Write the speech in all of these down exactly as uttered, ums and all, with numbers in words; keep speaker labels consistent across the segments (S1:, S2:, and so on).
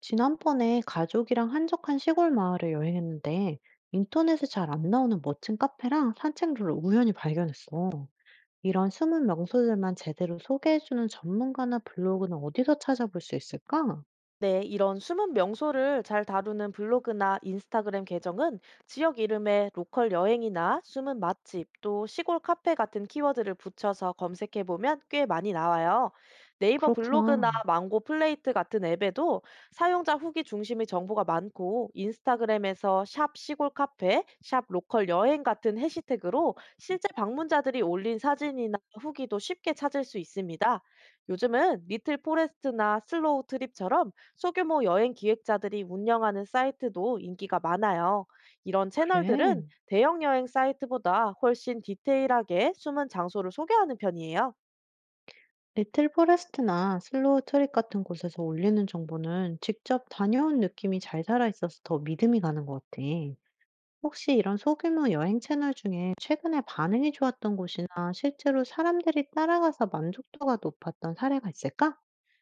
S1: 지난번에 가족이랑 한적한 시골 마을을 여행했는데 인터넷에 잘 안 나오는 멋진 카페랑 산책로를 우연히 발견했어. 이런 숨은 명소들만 제대로 소개해주는 전문가나 블로그는 어디서 찾아볼 수 있을까?
S2: 네, 이런 숨은 명소를 잘 다루는 블로그나 인스타그램 계정은 지역 이름에 로컬 여행이나 숨은 맛집, 또 시골 카페 같은 키워드를 붙여서 검색해 보면 꽤 많이 나와요. 네이버 블로그나
S1: 그렇구나.
S2: 망고 플레이트 같은 앱에도 사용자 후기 중심의 정보가 많고, 인스타그램에서 샵 시골 카페, 샵 로컬 여행 같은 해시태그로 실제 방문자들이 올린 사진이나 후기도 쉽게 찾을 수 있습니다. 요즘은 리틀 포레스트나 슬로우 트립처럼 소규모 여행 기획자들이 운영하는 사이트도 인기가 많아요. 이런 채널들은
S1: 그래.
S2: 대형 여행 사이트보다 훨씬 디테일하게 숨은 장소를 소개하는 편이에요.
S1: 리틀 포레스트나 슬로우 트립 같은 곳에서 올리는 정보는 직접 다녀온 느낌이 잘 살아있어서 더 믿음이 가는 것 같아. 혹시 이런 소규모 여행 채널 중에 최근에 반응이 좋았던 곳이나 실제로 사람들이 따라가서 만족도가 높았던 사례가 있을까?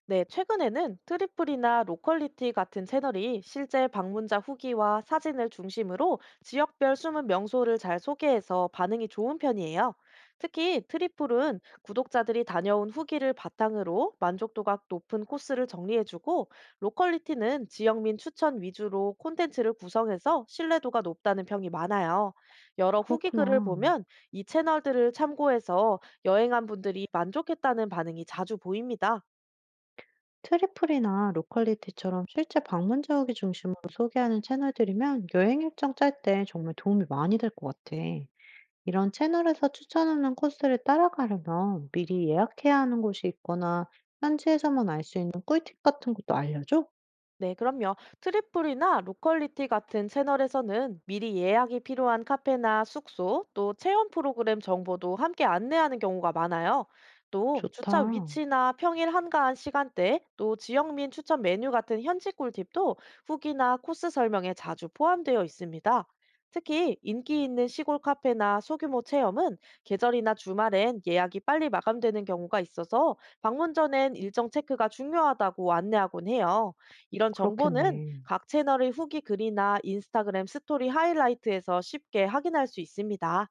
S2: 네, 최근에는 트리플이나 로컬리티 같은 채널이 실제 방문자 후기와 사진을 중심으로 지역별 숨은 명소를 잘 소개해서 반응이 좋은 편이에요. 특히 트리플은 구독자들이 다녀온 후기를 바탕으로 만족도가 높은 코스를 정리해주고, 로컬리티는 지역민 추천 위주로 콘텐츠를 구성해서 신뢰도가 높다는 평이 많아요. 여러 후기 글을
S1: 그렇구나.
S2: 보면 이 채널들을 참고해서 여행한 분들이 만족했다는 반응이 자주 보입니다.
S1: 트리플이나 로컬리티처럼 실제 방문 지역이 중심으로 소개하는 채널들이면 여행 일정 짤 때 정말 도움이 많이 될 것 같아. 이런 채널에서 추천하는 코스를 따라가려면 미리 예약해야 하는 곳이 있거나 현지에서만 알 수 있는 꿀팁 같은 것도 알려줘?
S2: 네, 그럼요. 트리플이나 로컬리티 같은 채널에서는 미리 예약이 필요한 카페나 숙소, 또 체험 프로그램 정보도 함께 안내하는 경우가 많아요. 또 주차
S1: 좋다.
S2: 위치나 평일 한가한 시간대, 또 지역민 추천 메뉴 같은 현지 꿀팁도 후기나 코스 설명에 자주 포함되어 있습니다. 특히 인기 있는 시골 카페나 소규모 체험은 계절이나 주말엔 예약이 빨리 마감되는 경우가 있어서 방문 전엔 일정 체크가 중요하다고 안내하곤 해요. 이런 정보는
S1: 그렇겠네.
S2: 각 채널의 후기 글이나 인스타그램 스토리 하이라이트에서 쉽게 확인할 수 있습니다.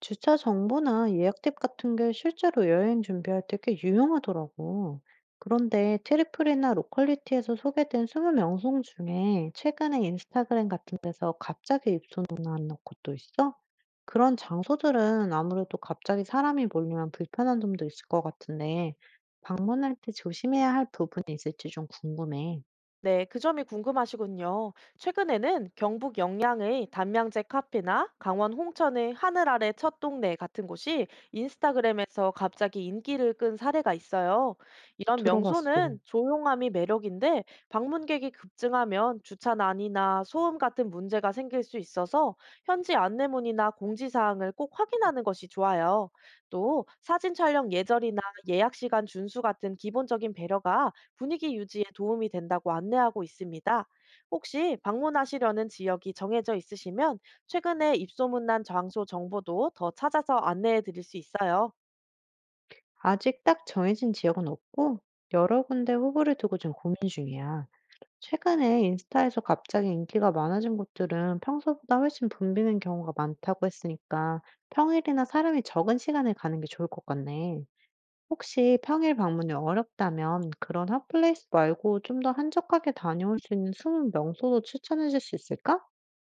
S1: 주차 정보나 예약 팁 같은 게 실제로 여행 준비할 때 꽤 유용하더라고. 그런데 트리플이나 로컬리티에서 소개된 이십 명송 중에 최근에 인스타그램 같은 데서 갑자기 입소문난 곳도 있어? 그런 장소들은 아무래도 갑자기 사람이 몰리면 불편한 점도 있을 것 같은데, 방문할 때 조심해야 할 부분이 있을지 좀 궁금해.
S2: 네, 그 점이 궁금하시군요. 최근에는 경북 영양의 단명제 카페나 강원 홍천의 하늘 아래 첫 동네 같은 곳이 인스타그램에서 갑자기 인기를 끈 사례가 있어요. 이런
S1: 들어봤어.
S2: 명소는 조용함이 매력인데, 방문객이 급증하면 주차 난이나 소음 같은 문제가 생길 수 있어서 현지 안내문이나 공지사항을 꼭 확인하는 것이 좋아요. 또 사진 촬영 예절이나 예약 시간 준수 같은 기본적인 배려가 분위기 유지에 도움이 된다고 안내하고 있습니다. 혹시 방문하시려는 지역이 정해져 있으시면 최근에 입소문난 장소 정보도 더 찾아서 안내해 드릴 수 있어요.
S1: 아직 딱 정해진 지역은 없고, 여러 군데 후보를 두고 좀 고민 중이야. 최근에 인스타에서 갑자기 인기가 많아진 곳들은 평소보다 훨씬 붐비는 경우가 많다고 했으니까 평일이나 사람이 적은 시간에 가는 게 좋을 것 같네. 혹시 평일 방문이 어렵다면 그런 핫플레이스 말고 좀 더 한적하게 다녀올 수 있는 숨은 명소도 추천해 줄 수 있을까?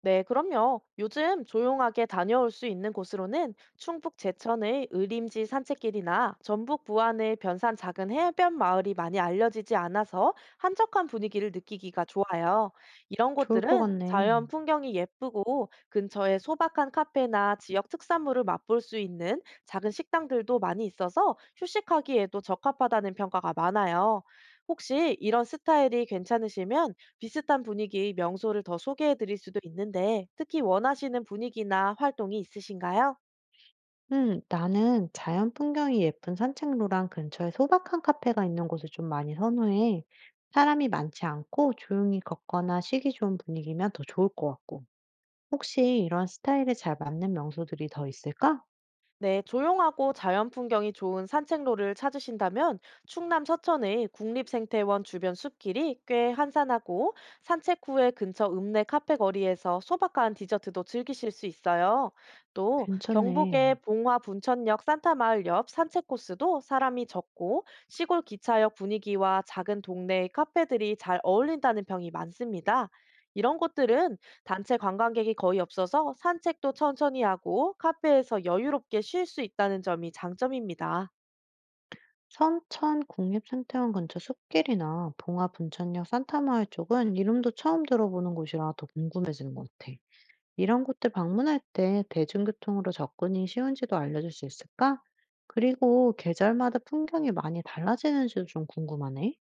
S2: 네, 그럼요. 요즘 조용하게 다녀올 수 있는 곳으로는 충북 제천의 의림지 산책길이나 전북 부안의 변산 작은 해변 마을이 많이 알려지지 않아서 한적한 분위기를 느끼기가 좋아요. 이런
S1: 좋을 것
S2: 곳들은
S1: 같네.
S2: 자연 풍경이 예쁘고 근처에 소박한 카페나 지역 특산물을 맛볼 수 있는 작은 식당들도 많이 있어서 휴식하기에도 적합하다는 평가가 많아요. 혹시 이런 스타일이 괜찮으시면 비슷한 분위기 명소를 더 소개해 드릴 수도 있는데, 특히 원하시는 분위기나 활동이 있으신가요?
S1: 음, 나는 자연 풍경이 예쁜 산책로랑 근처에 소박한 카페가 있는 곳을 좀 많이 선호해. 사람이 많지 않고 조용히 걷거나 쉬기 좋은 분위기면 더 좋을 것 같고. 혹시 이런 스타일에 잘 맞는 명소들이 더 있을까?
S2: 네, 조용하고 자연 풍경이 좋은 산책로를 찾으신다면 충남 서천의 국립생태원 주변 숲길이 꽤 한산하고 산책 후에 근처 읍내 카페 거리에서 소박한 디저트도 즐기실 수 있어요. 또
S1: 괜찮네.
S2: 경북의 봉화 분천역 산타마을 옆 산책 코스도 사람이 적고 시골 기차역 분위기와 작은 동네의 카페들이 잘 어울린다는 평이 많습니다. 이런 곳들은 단체 관광객이 거의 없어서 산책도 천천히 하고 카페에서 여유롭게 쉴 수 있다는 점이 장점입니다.
S1: 선천 국립생태원 근처 숲길이나 봉화 분천역 산타마을 쪽은 이름도 처음 들어보는 곳이라 더 궁금해지는 것 같아. 이런 곳들 방문할 때 대중교통으로 접근이 쉬운지도 알려줄 수 있을까? 그리고 계절마다 풍경이 많이 달라지는지도 좀 궁금하네.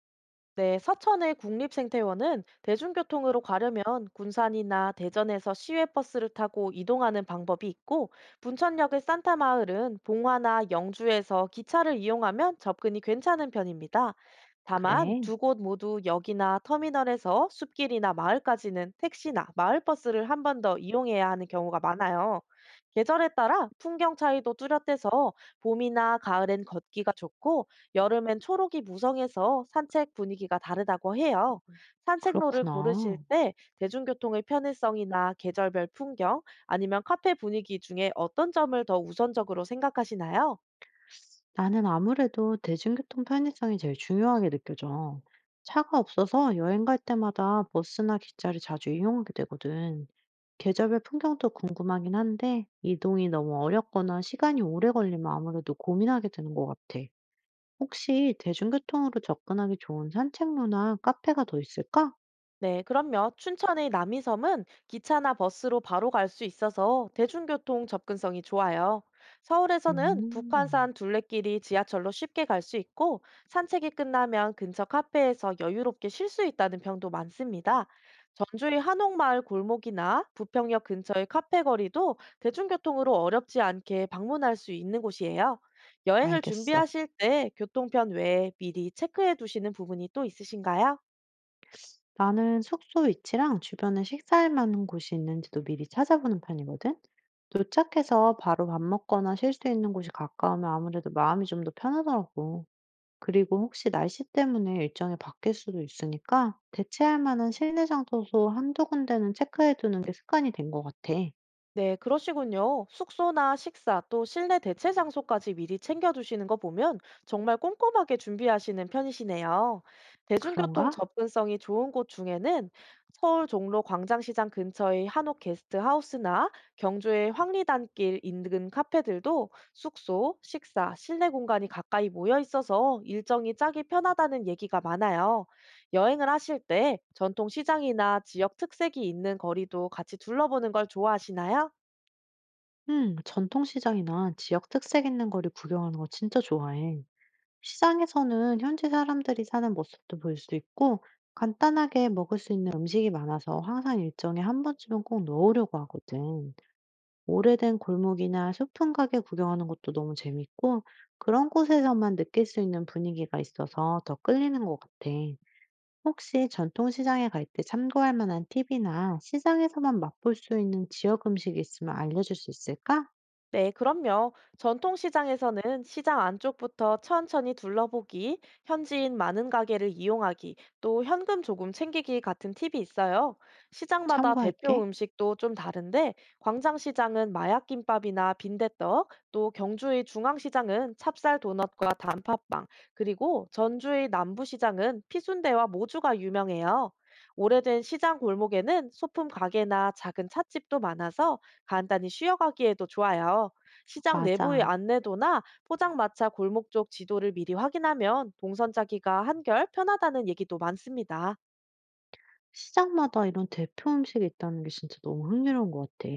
S2: 네, 서천의 국립생태원은 대중교통으로 가려면 군산이나 대전에서 시외버스를 타고 이동하는 방법이 있고, 분천역의 산타마을은 봉화나 영주에서 기차를 이용하면 접근이 괜찮은 편입니다. 다만,
S1: 그래,
S2: 두 곳 모두 역이나 터미널에서 숲길이나 마을까지는 택시나 마을버스를 한 번 더 이용해야 하는 경우가 많아요. 계절에 따라 풍경 차이도 뚜렷해서 봄이나 가을엔 걷기가 좋고, 여름엔 초록이 무성해서 산책 분위기가 다르다고 해요. 산책로를 고르실
S1: 그렇구나.
S2: 때 대중교통의 편의성이나 계절별 풍경, 아니면 카페 분위기 중에 어떤 점을 더 우선적으로 생각하시나요?
S1: 나는 아무래도 대중교통 편의성이 제일 중요하게 느껴져. 차가 없어서 여행 갈 때마다 버스나 기차를 자주 이용하게 되거든. 계절별 풍경도 궁금하긴 한데, 이동이 너무 어렵거나 시간이 오래 걸리면 아무래도 고민하게 되는 것 같아. 혹시 대중교통으로 접근하기 좋은 산책로나 카페가 더 있을까?
S2: 네, 그럼요. 춘천의 남이섬은 기차나 버스로 바로 갈 수 있어서 대중교통 접근성이 좋아요. 서울에서는
S1: 음,
S2: 북한산 둘레길이 지하철로 쉽게 갈 수 있고, 산책이 끝나면 근처 카페에서 여유롭게 쉴 수 있다는 평도 많습니다. 전주의 한옥마을 골목이나 부평역 근처의 카페 거리도 대중교통으로 어렵지 않게 방문할 수 있는 곳이에요. 여행을
S1: 알겠어.
S2: 준비하실 때 교통편 외에 미리 체크해 두시는 부분이 또 있으신가요?
S1: 나는 숙소 위치랑 주변에 식사할 만한 곳이 있는지도 미리 찾아보는 편이거든. 도착해서 바로 밥 먹거나 쉴 수 있는 곳이 가까우면 아무래도 마음이 좀 더 편하더라고. 그리고 혹시 날씨 때문에 일정이 바뀔 수도 있으니까 대체할 만한 실내 장소 한두 군데는 체크해 두는 게 습관이 된 것 같아.
S2: 네, 그러시군요. 숙소나 식사, 또 실내 대체 장소까지 미리 챙겨두시는 거 보면 정말 꼼꼼하게 준비하시는 편이시네요. 대중교통
S1: 그런가?
S2: 접근성이 좋은 곳 중에는 서울 종로 광장시장 근처의 한옥 게스트하우스나 경주의 황리단길 인근 카페들도 숙소, 식사, 실내 공간이 가까이 모여 있어서 일정이 짜기 편하다는 얘기가 많아요. 여행을 하실 때 전통 시장이나 지역 특색이 있는 거리도 같이 둘러보는 걸 좋아하시나요?
S1: 응, 전통시장이나 지역 특색 있는 거리 구경하는 거 진짜 좋아해. 시장에서는 현지 사람들이 사는 모습도 볼 수 있고, 간단하게 먹을 수 있는 음식이 많아서 항상 일정에 한 번쯤은 꼭 넣으려고 하거든. 오래된 골목이나 소품 가게 구경하는 것도 너무 재밌고, 그런 곳에서만 느낄 수 있는 분위기가 있어서 더 끌리는 것 같아. 혹시 전통시장에 갈 때 참고할 만한 팁이나 시장에서만 맛볼 수 있는 지역 음식이 있으면 알려줄 수 있을까?
S2: 네, 그럼요. 전통시장에서는 시장 안쪽부터 천천히 둘러보기, 현지인 많은 가게를 이용하기, 또 현금 조금 챙기기 같은 팁이 있어요. 시장마다 대표
S1: 참고할게.
S2: 음식도 좀 다른데, 광장시장은 마약김밥이나 빈대떡, 또 경주의 중앙시장은 찹쌀 도넛과 단팥빵, 그리고 전주의 남부시장은 피순대와 모주가 유명해요. 오래된 시장 골목에는 소품 가게나 작은 찻집도 많아서 간단히 쉬어가기에도 좋아요. 시장 내부의
S1: 맞아.
S2: 안내도나 포장마차 골목 쪽 지도를 미리 확인하면 동선 짜기가 한결 편하다는 얘기도 많습니다.
S1: 시장마다 이런 대표 음식이 있다는 게 진짜 너무 흥미로운 것 같아.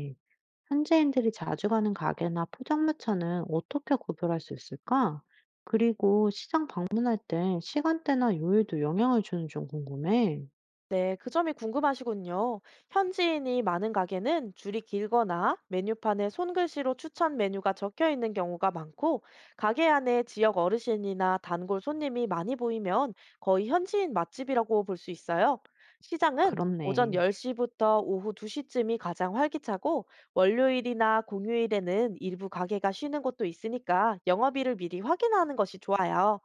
S1: 현지인들이 자주 가는 가게나 포장마차는 어떻게 구별할 수 있을까? 그리고 시장 방문할 때 시간대나 요일도 영향을 주는지 좀 궁금해.
S2: 네, 그 점이 궁금하시군요. 현지인이 많은 가게는 줄이 길거나 메뉴판에 손글씨로 추천 메뉴가 적혀 있는 경우가 많고, 가게 안에 지역 어르신이나 단골 손님이 많이 보이면 거의 현지인 맛집이라고 볼 수 있어요. 시장은 오전
S1: 그렇네.
S2: 열 시부터 오후 두 시쯤이 가장 활기차고, 월요일이나 공휴일에는 일부 가게가 쉬는 곳도 있으니까 영업일을 미리 확인하는 것이 좋아요.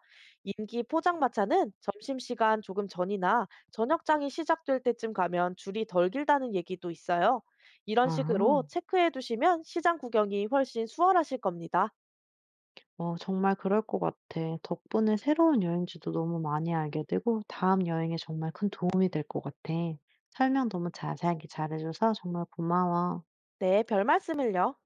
S2: 임기 포장마차는 점심시간 조금 전이나 저녁장이 시작될 때쯤 가면 줄이 덜 길다는 얘기도 있어요. 이런
S1: 아,
S2: 식으로 체크해 두시면 시장 구경이 훨씬 수월하실 겁니다.
S1: 어, 정말 그럴 것 같아. 덕분에 새로운 여행지도 너무 많이 알게 되고, 다음 여행에 정말 큰 도움이 될 것 같아. 설명 너무 자세하게 잘해줘서 정말 고마워.
S2: 네, 별 말씀을요.